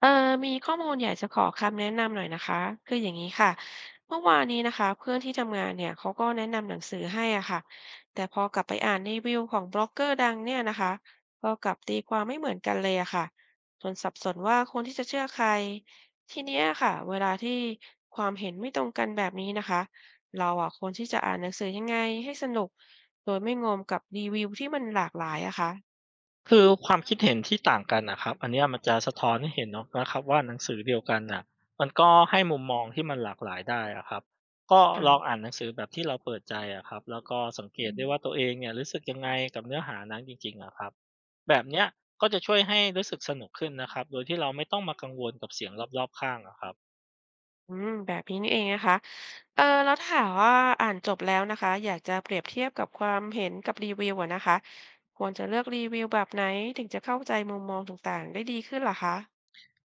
เออมีข้อมูลอยากจะขอคำแนะนำหน่อยนะคะคืออย่างนี้ค่ะเมื่อวานนี้นะคะเพื่อนที่ทำงานเนี่ยเขาก็แนะนำหนังสือให้อ่ะค่ะแต่พอกลับไปอ่านรีวิวของบล็อกเกอร์ดังเนี่ยนะคะก็กลับตีความไม่เหมือนกันเลยอะค่ะจนสับสนว่าคนที่จะเชื่อใครทีเนี้ยค่ะเวลาที่ความเห็นไม่ตรงกันแบบนี้นะคะเราอะควรที่จะอ่านหนังสือยังไงให้สนุกโดยไม่งมกับรีวิวที่มันหลากหลายอะค่ะคือความคิดเห็นที่ต่างกันนะครับอันเนี้ยมันจะสะท้อนให้เห็นเนาะนะครับว่าหนังสือเดียวกันน่ะมันก็ให้มุมมองที่มันหลากหลายได้อะครับก็ลองค่ะอ่านหนังสือแบบที่เราเปิดใจอะครับแล้วก็สังเกอืตได้ว่ามตัวเองเนี่ยรู้สึกยังไงกับเนื้อหานั้นจริงๆอะครับแบบเนี้ยก็จะช่วยให้รู้สึกสนุกขึ้นนะครับโดยที่เราไม่ต้องมากังวลกับเสียงรอบๆข้างอะครับ อืมแบบนี้นี่เองนะคะ แล้วถามว่าอ่านจบแล้วนะคะอยากจะเปรียบเทียบกับความเห็นกับรีวิวอะนะคะควรจะเลือกรีวิวแบบไหนถึงจะเข้าใจมุมมองต่างๆได้ดีขึ้นเหรอคะ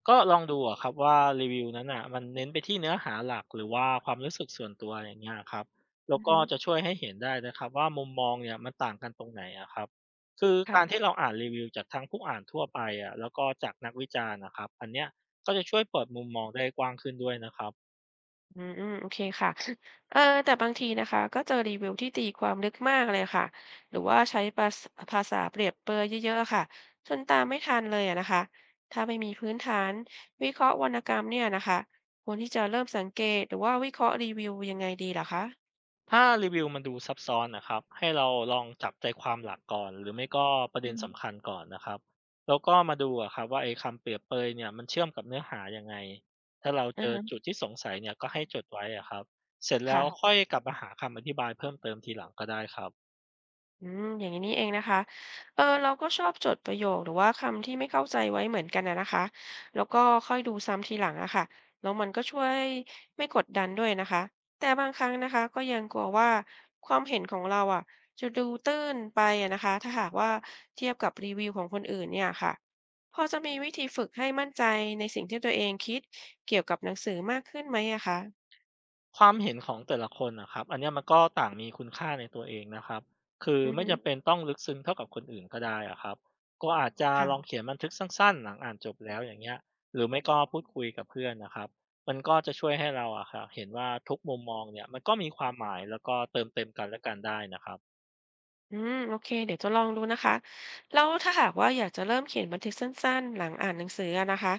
ก็ลองดูอะครับว่ารีวิวนั้นอ่ะมันเน้นไปที่เนื้อหาหลักหรือว่าความรู้สึกส่วนตัวอย่างเงี้ยครับแล้วอือก็ฮึจะช่วยให้เห็นได้นะครับว่ามุมมองเนี่ยมันต่างกันตรงไหนอะครับคือการที่ค่ะเราอ่านรีวิวจากทั้งผู้อ่านทั่วไปอะแล้วก็จากนักวิจารณ์นะครับอันเนี้ยก็จะช่วยเปิดมุมมองได้กว้างขึ้นด้วยนะครับ อืมอืมโอเคค่ะเออแต่บางทีนะคะก็เจอรีวิวที่ตีความลึกมากเลยค่ะหรือว่าใช้ภาษาเปรียบเปรยเยอะๆอะค่ะจนตามไม่ทันเลยอะนะคะถ้าไม่มีพื้นฐานวิเคราะห์วรรณกรรมเนี่ยนะคะควรที่จะเริ่มสังเกตหรือว่าวิเคราะห์รีวิวยังไงดีเหรอคะถ้ารีวิวมันดูซับซ้อนนะครับให้เราลองจับใจความหลักก่อนหรือไม่ก็ประเด็อืนสำมคัญก่อนนะครับแล้วก็มาดูอะครับว่าไอ้คำเปรียบเปยเนี่ยมันเชื่อมกับเนื้อหายังไงถ้าเราเจอาอฮะจุดที่สงสัยเนี่ยก็ให้จดไว้อะครับเสร็จแล้วค่ะ ค่อยกลับมาหาคำอธิบายเพิ่มเติมทีหลังก็ได้ครับ อืมอย่างนี้นี่เองนะคะเราก็ชอบจดประโยคหรือว่าคำที่ไม่เข้าใจไว้เหมือนกันนะคะ แล้วก็ค่อยดูซ้ำทีหลังอะค่ะ แล้วมันก็ช่วยไม่กดดันด้วยนะคะ แต่บางครั้งนะคะก็ยังกลัวว่าความเห็นของเราอะจะดูตื้นไปอะนะคะ ถ้าหากว่าเทียบกับรีวิวของคนอื่นเนี่ยค่ะ พอจะมีวิธีฝึกให้มั่นใจในสิ่งที่ตัวเองคิดเกี่ยวกับหนังสือมากขึ้นไหมอะคะความเห็นของแต่ละคนนะครับอันเนี้ยมันก็ต่างมีคุณค่าในตัวเองนะครับคืออือไม่ฮึจำเป็นต้องลึกซึ้งเท่ากับคนอื่นก็ได้อะครับก็อาจจะลองค่ะ เขียนบันทึกสั้นๆหลังอ่านจบแล้วอย่างเงี้ยหรือไม่ก็พูดคุยกับเพื่อนนะครับมันก็จะช่วยให้เราอะครับเห็นว่าทุกมุมมองเนี่ยมันก็มีความหมายแล้วก็เติมเต็มกันและกันได้นะครับ อืมโอเคเดี๋ยวจะลองดูนะคะแล้วถ้าหากว่าอยากจะเริ่มเขียนบันทึกสั้นๆหลังอ่านหนังสืออะนะคะ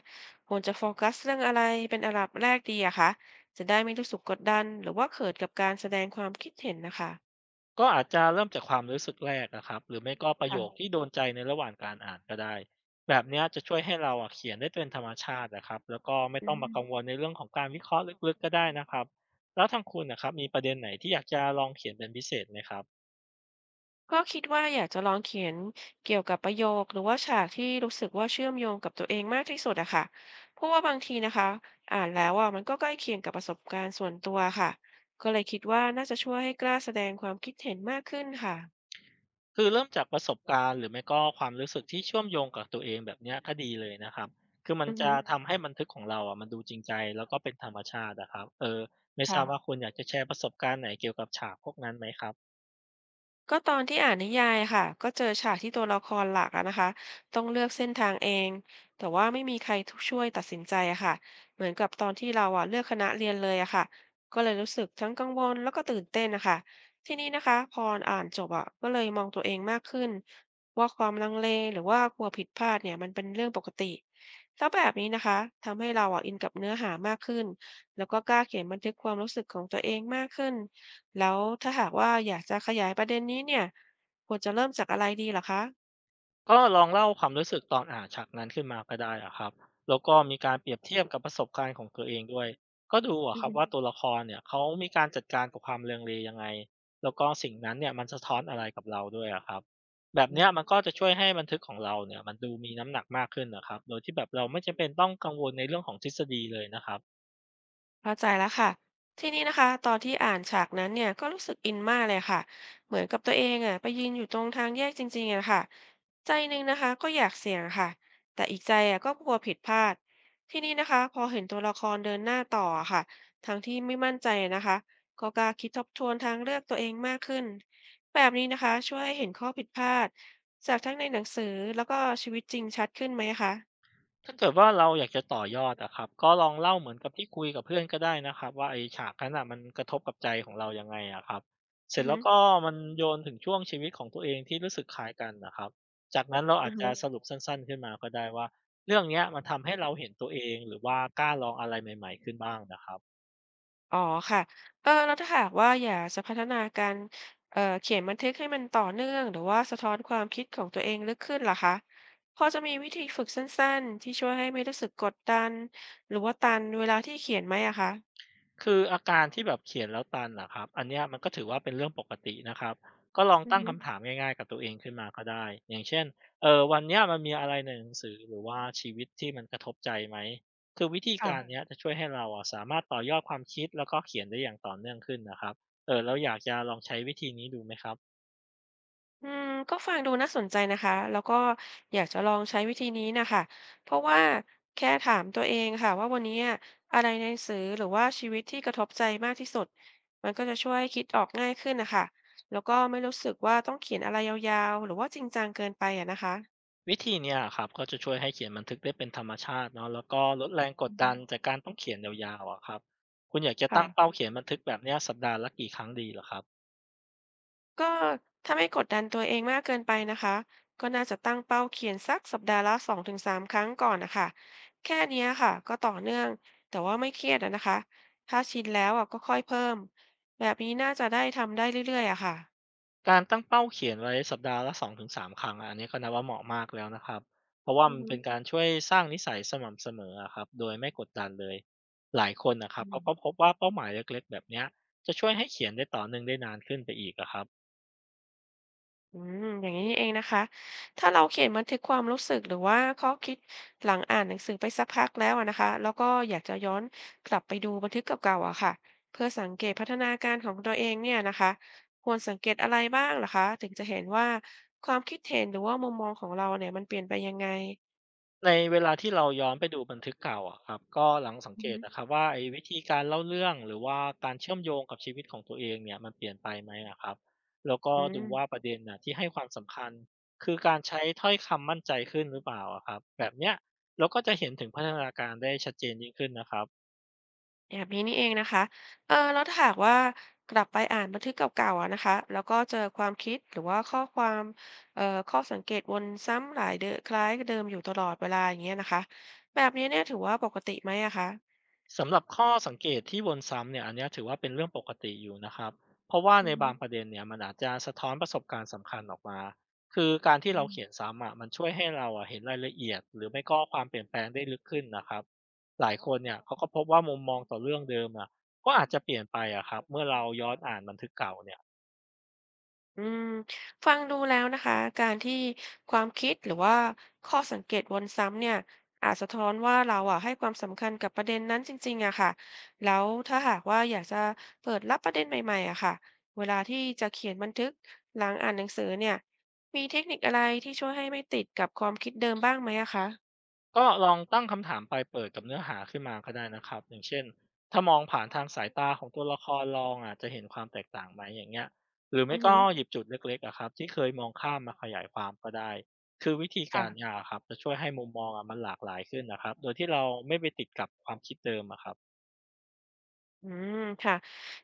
ควรจะโฟกัสเรื่องอะไรเป็นอันดับแรกดีอะคะจะได้ไม่รู้สึกกดดันหรือว่าเขินกับการแสดงความคิดเห็นนะคะก็อาจจะเริ่มจากความรู้สึกแรกนะครับหรือไม่ก็ประโยคค่ะที่โดนใจในระหว่างการอ่านก็ได้แบบเนี้ยจะช่วยให้เราอะเขียนได้เป็นธรรมชาตินะครับแล้วก็ไม่อืต้องมากัมงวลในเรื่องของการวิเคราะห์ลึกๆก็ได้นะครับแล้วทางคุณนะครับมีประเด็นไหนที่อยากจะลองเขียนเป็นพิเศษไหมครับก็คิดว่าอยากจะลองเขียนเกี่ยวกับประโยคหรือว่าฉากที่รู้สึกว่าเชื่อมโยงกับตัวเองมากที่สุดอะค่ะเพราะว่าบางทีนะคะอ่านแล้วอะมันก็ใกล้เคียงกับประสบการณ์ส่วนตัวค่ะก็เลยคิดว่าน่าจะช่วยให้กล้าแสดงความคิดเห็นมากขึ้นค่ะคือเริ่มจากประสบการณ์หรือไม่ก็ความรู้สึกที่เชื่อมโยงกับตัวเองแบบเนี้ยก็ดีเลยนะครับคือมันอือฮึ จะทำให้บันทึกของเราอ่ะมันดูจริงใจแล้วก็เป็นธรรมชาตินะครับเออไม่ทค่ะราบว่าคุณอยากจะแชร์ประสบการณ์ไหนเกี่ยวกับฉากพวกนั้นไหมครับ ก็ตอนที่อ่านนิยายอะค่ะก็เจอฉากที่ตัวละครหลักอะนะคะต้องเลือกเส้นทางเองแต่ว่าไม่มีใครทุกช่วยตัดสินใจอะค่ะเหมือนกับตอนที่เราอะเลือกคณะเรียนเลยอะค่ะก็เลยรู้สึกทั้งกังวลแล้วก็ตื่นเต้นนะคะทีนี้นะคะพออ่านจบอะก็เลยมองตัวเองมากขึ้นว่าความลังเลหรือว่ากลัวผิดพลาดเนี่ยมันเป็นเรื่องปกติแล้วแบบนี้นะคะทำให้เราอ่ะอินกับเนื้อหามากขึ้นแล้วก็กล้าเขียนบันทึกความรู้สึกของตัวเองมากขึ้น แล้วถ้าหากว่าอยากจะขยายประเด็นนี้เนี่ยควรจะเริ่มจากอะไรดีเหรอคะก็ลองเล่าความรู้สึกตอนอ่านฉากนั้นขึ้นมาก็ได้อะครับแล้วก็มีการเปรียบเทียบกับประสบการณ์ของตัวเองด้วยก็ดูอะอืคอรับฮึ ว่าตัวละครเนี่ยเขามีการจัดการกับความเลังเลยังไงแล้วก็สิ่งนั้นเนี่ยมันสะท้อนอะไรกับเราด้วยอะครับแบบเนี้ยมันก็จะช่วยให้บันทึกของเราเนี่ยมันดูมีน้ำหนักมากขึ้นนะครับโดยที่แบบเราไม่จำเป็นต้องกังวลในเรื่องของทฤษฎีเลยนะครับ เข้าใจแล้วค่ะทีนี้นะคะตอนที่อ่านฉากนั้นเนี่ยก็รู้สึกอินมากเลยค่ะเหมือนกับตัวเองอ่ะไปยืนอยู่ตรงทางแยกจริงๆอะค่ะใจหนึ่งนะคะก็อยากเสี่ยงค่ะแต่อีกใจอ่ะก็กลัวผิดพลาดทีนี้นะคะพอเห็นตัวละครเดินหน้าต่ออะค่ะทั้งที่ไม่มั่นใจนะคะก็กล้าคิดทบทวนทางเลือกตัวเองมากขึ้นแบบนี้นะคะช่วยให้เห็นข้อผิดพลาดจากทั้งในหนังสือแล้วก็ชีวิตจริงชัดขึ้นไหมคะถ้าเกิดว่าเราอยากจะต่อยอดอะครับก็ลองเล่าเหมือนกับที่คุยกับเพื่อนก็ได้นะครับว่าไอ้ฉากนั้นอะมันกระทบกับใจของเรายังไงอะครับเสร็อืจอฮแล้วก็มันโยนถึงช่วงชีวิตของตัวเองที่รู้สึกคล้ายกันนะครับจากนั้นเราอาจจะึ สรุปสั้นๆขึ้นมาก็ได้ว่าเรื่องเนี้ยมันทำให้เราเห็นตัวเองหรือว่ากล้าลองอะไรใหม่ๆขึ้นบ้างนะครับ อ๋อค่ะแล้วถ้าหากว่าอยากจะพัฒนาการเขียนบันทึกให้มันต่อเนื่องหรือว่าสะท้อนความคิดของตัวเองลึกขึ้นล่ะคะพอจะมีวิธีฝึกสั้นๆที่ช่วยให้ไม่รู้สึกกดดันหรือว่าตันเวลาที่เขียนไหมอะคะคืออาการที่แบบเขียนแล้วตันเหรอครับอันเนี้ยมันก็ถือว่าเป็นเรื่องปกตินะครับก็ลองอือตั้งฮึคำถามง่ายๆกับตัวเองขึ้นมาก็ได้อย่างเช่นวันเนี้ยมันมีอะไรในหนังสือหรือว่าชีวิตที่มันกระทบใจไหมคือวิธีการค่ะ เนี้ยจะช่วยให้เราอ่ะสามารถต่อยอดความคิดแล้วก็เขียนได้อย่างต่อเนื่องขึ้นนะครับเราอยากจะลองใช้วิธีนี้ดูไหมครับอืมก็ฟังดูน่าสนใจนะคะ แล้วก็อยากจะลองใช้วิธีนี้นะคะ เพราะว่าแค่ถามตัวเองค่ะว่าวันนี้อะไรในหนังสือหรือว่าชีวิตที่กระทบใจมากที่สุด มันก็จะช่วยคิดออกง่ายขึ้นนะคะ แล้วก็ไม่รู้สึกว่าต้องเขียนอะไรยาวๆหรือว่าจริงจังเกินไปอะนะคะวิธีเนี้ยครับก็จะช่วยให้เขียนบันทึกได้เป็นธรรมชาติเนาะแล้วก็ลดแรงกดอือฮึดันจากการต้องเขียนยาวๆอะครับคุณอยากจะตั้งค่ะ เป้าเขียนบันทึกแบบเนี้ยสัปดาห์ละกี่ครั้งดีเหรอครับ ก็ถ้าไม่กดดันตัวเองมากเกินไปนะคะก็น่าจะตั้งเป้าเขียนสักสัปดาห์ละสองถึงสามครั้งก่อนนะคะแค่เนี้ยค่ะก็ต่อเนื่องแต่ว่าไม่เครียดอะนะคะถ้าชินแล้วอ่ะก็ค่อยเพิ่มแบบนี้น่าจะได้ทำได้เรื่อยๆอะค่ะการตั้งเป้าเขียนไว้สัปดาห์ละ2-3ครั้งอะอันนี้ก็นับว่าเหมาะมากแล้วนะครับเพราะว่าอือมันฮึ เป็นการช่วยสร้างนิสัยสม่ำเสมออะครับโดยไม่กดดันเลยหลายคนนะครับเขาก็พบว่าเป้าหมายเล็กๆแบบเนี้ยจะช่วยให้เขียนได้ต่อเนื่องได้นานขึ้นไปอีกอะครับ อืมอย่างนี้นี่เองนะคะถ้าเราเขียนบันทึกความรู้สึกหรือว่าข้อคิดหลังอ่านหนังสือไปสักพักแล้วอะนะคะแล้วก็อยากจะย้อนกลับไปดูบันทึกเก่าๆอะค่ะเพื่อสังเกตพัฒนาการของตัวเองเนี่ยนะคะควรสังเกตอะไรบ้างเหรอคะถึงจะเห็นว่าความคิดเห็นหรือว่ามุมมองของเราเนี่ยมันเปลี่ยนไปยังไงในเวลาที่เราย้อนไปดูบันทึกเก่าอะครับก็หลังสังอืมเกอตฮึนะอครับว่าไอ้วิธีการเล่าเรื่องหรือว่าการเชื่อมโยงกับชีวิตของตัวเองเนี่ยมันเปลี่ยนไปไหมนะครับแล้วก็อืดูว่าม ประเด็นนะที่ให้ความสำคัญคือการใช้ถ้อยคำมั่นใจขึ้นหรือเปล่าอะครับแบบเนี้ยเราก็จะเห็นถึงพัฒนาการได้ชัดเจนยิ่งขึ้นนะครับ แบบนี้นี่เองนะคะเออแล้วถ้าหากว่ากลับไปอ่านบันทึกเก่าๆอะนะคะแล้วก็เจอความคิดหรือว่าข้อความเอ่อข้อสังเกตวนซ้ำหลายเดอคล้ายเดิมอยู่ตลอดเวลาอย่างเงี้ยนะคะ แบบนี้เนี่ยถือว่าปกติไหมอะคะสำหรับข้อสังเกตที่วนซ้ำเนี่ยอันเนี้ยถือว่าเป็นเรื่องปกติอยู่นะครับเพราะว่าในอืบางประเด็นเนี่ยมันอาจจะสะท้อนประสบการณ์สำคัญออกมาคือการที่เราเขียนม ซ้ำอ่ะมันช่วยให้เราอ่ะเห็นรายละเอียดหรือไม่ก็ความเปลี่ยนแปลงได้ลึกขึ้นนะครับหลายคนเนี่ยเขาก็พบว่ามุมมองต่อเรื่องเดิมอ่ะก็อาจจะเปลี่ยนไปอ่ะครับเมื่อเราย้อนอ่านบันทึกเก่าเนี่ย อืมฟังดูแล้วนะคะการที่ความคิดหรือว่าข้อสังเกตวนซ้ำเนี่ยอาจสะท้อนว่าเราอ่ะให้ความสำคัญกับประเด็นนั้นจริงๆอะค่ะแล้วถ้าหากว่าอยากจะเปิดรับประเด็นใหม่ๆอะค่ะเวลาที่จะเขียนบันทึกหลังอ่านหนังสือเนี่ยมีเทคนิคอะไรที่ช่วยให้ไม่ติดกับความคิดเดิมบ้างไหมอะคะก็ลองตั้งคำถามปลายเปิดกับเนื้อหาขึ้นมาก็ได้นะครับ อย่างเช่นถ้ามองผ่านทางสายตาของตัวละครลองอ่ะจะเห็นความแตกต่างไหมอย่างเงี้ยหรือไม่อือก็ฮึหยิบจุดเล็กๆอะครับที่เคยมองข้ามมาขยายความก็ได้คือวิธีการค่ะ เนี่ยครับจะช่วยให้มุมมองอ่ะมันหลากหลายขึ้นนะครับโดยที่เราไม่ไปติดกับความคิดเดิมอะครับ อืมค่ะ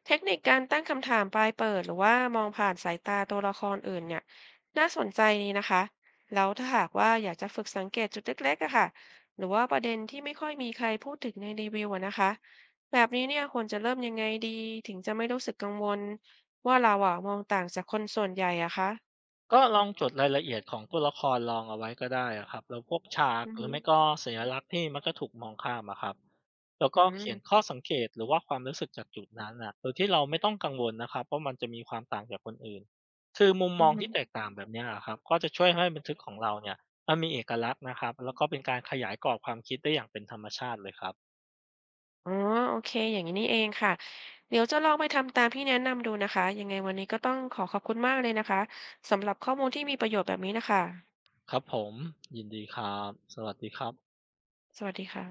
เทคนิคการตั้งคำถามปลายเปิดหรือว่ามองผ่านสายตาตัวละครอื่นเนี่ยน่าสนใจนีนะคะแล้วถ้าหากว่าอยากจะฝึกสังเกตจุดเล็กๆอะค่ะหรือว่าประเด็นที่ไม่ค่อยมีใครพูดถึงในรีวิวอะนะคะแบบนี้เนี่ยควรจะเริ่มยังไงดีถึงจะไม่รู้สึกกังวลว่าเราอะมองต่างจากคนส่วนใหญ่อะคะก็ลองจดรายละเอียดของตัวละครลองเอาไว้ก็ได้อะครับแล้วพวกฉากอือหรืฮึอไม่ก็สัญลักษณ์ที่มักจะถูกมองข้ามอะครับแล้วอก็เขียนืข้อสังเกตหรือว่าความรู้สึกจากจุดนั้นนะโดยที่เราไม่ต้องกังวลนะครับว่ามันจะมีความต่างจากคนอื่นคือมุมมองม ที่แตกต่างแบบเนี้ยอะครับก็จะช่วยให้บันทึกของเราเนี่ยมันมีเอกลักษณ์นะครับแล้วก็เป็นการขยายกรอบความคิดได้อย่างเป็นธรรมชาติเลยครับอ๋อโอเค อย่างนี้นี่เองค่ะ เดี๋ยวจะลองไปทำตามที่แนะนำดูนะคะยังไงวันนี้ก็ต้องขอขอบคุณมากเลยนะคะสำหรับข้อมูลที่มีประโยชน์แบบนี้นะคะ ครับผมยินดีครับสวัสดีครับสวัสดีค่ะ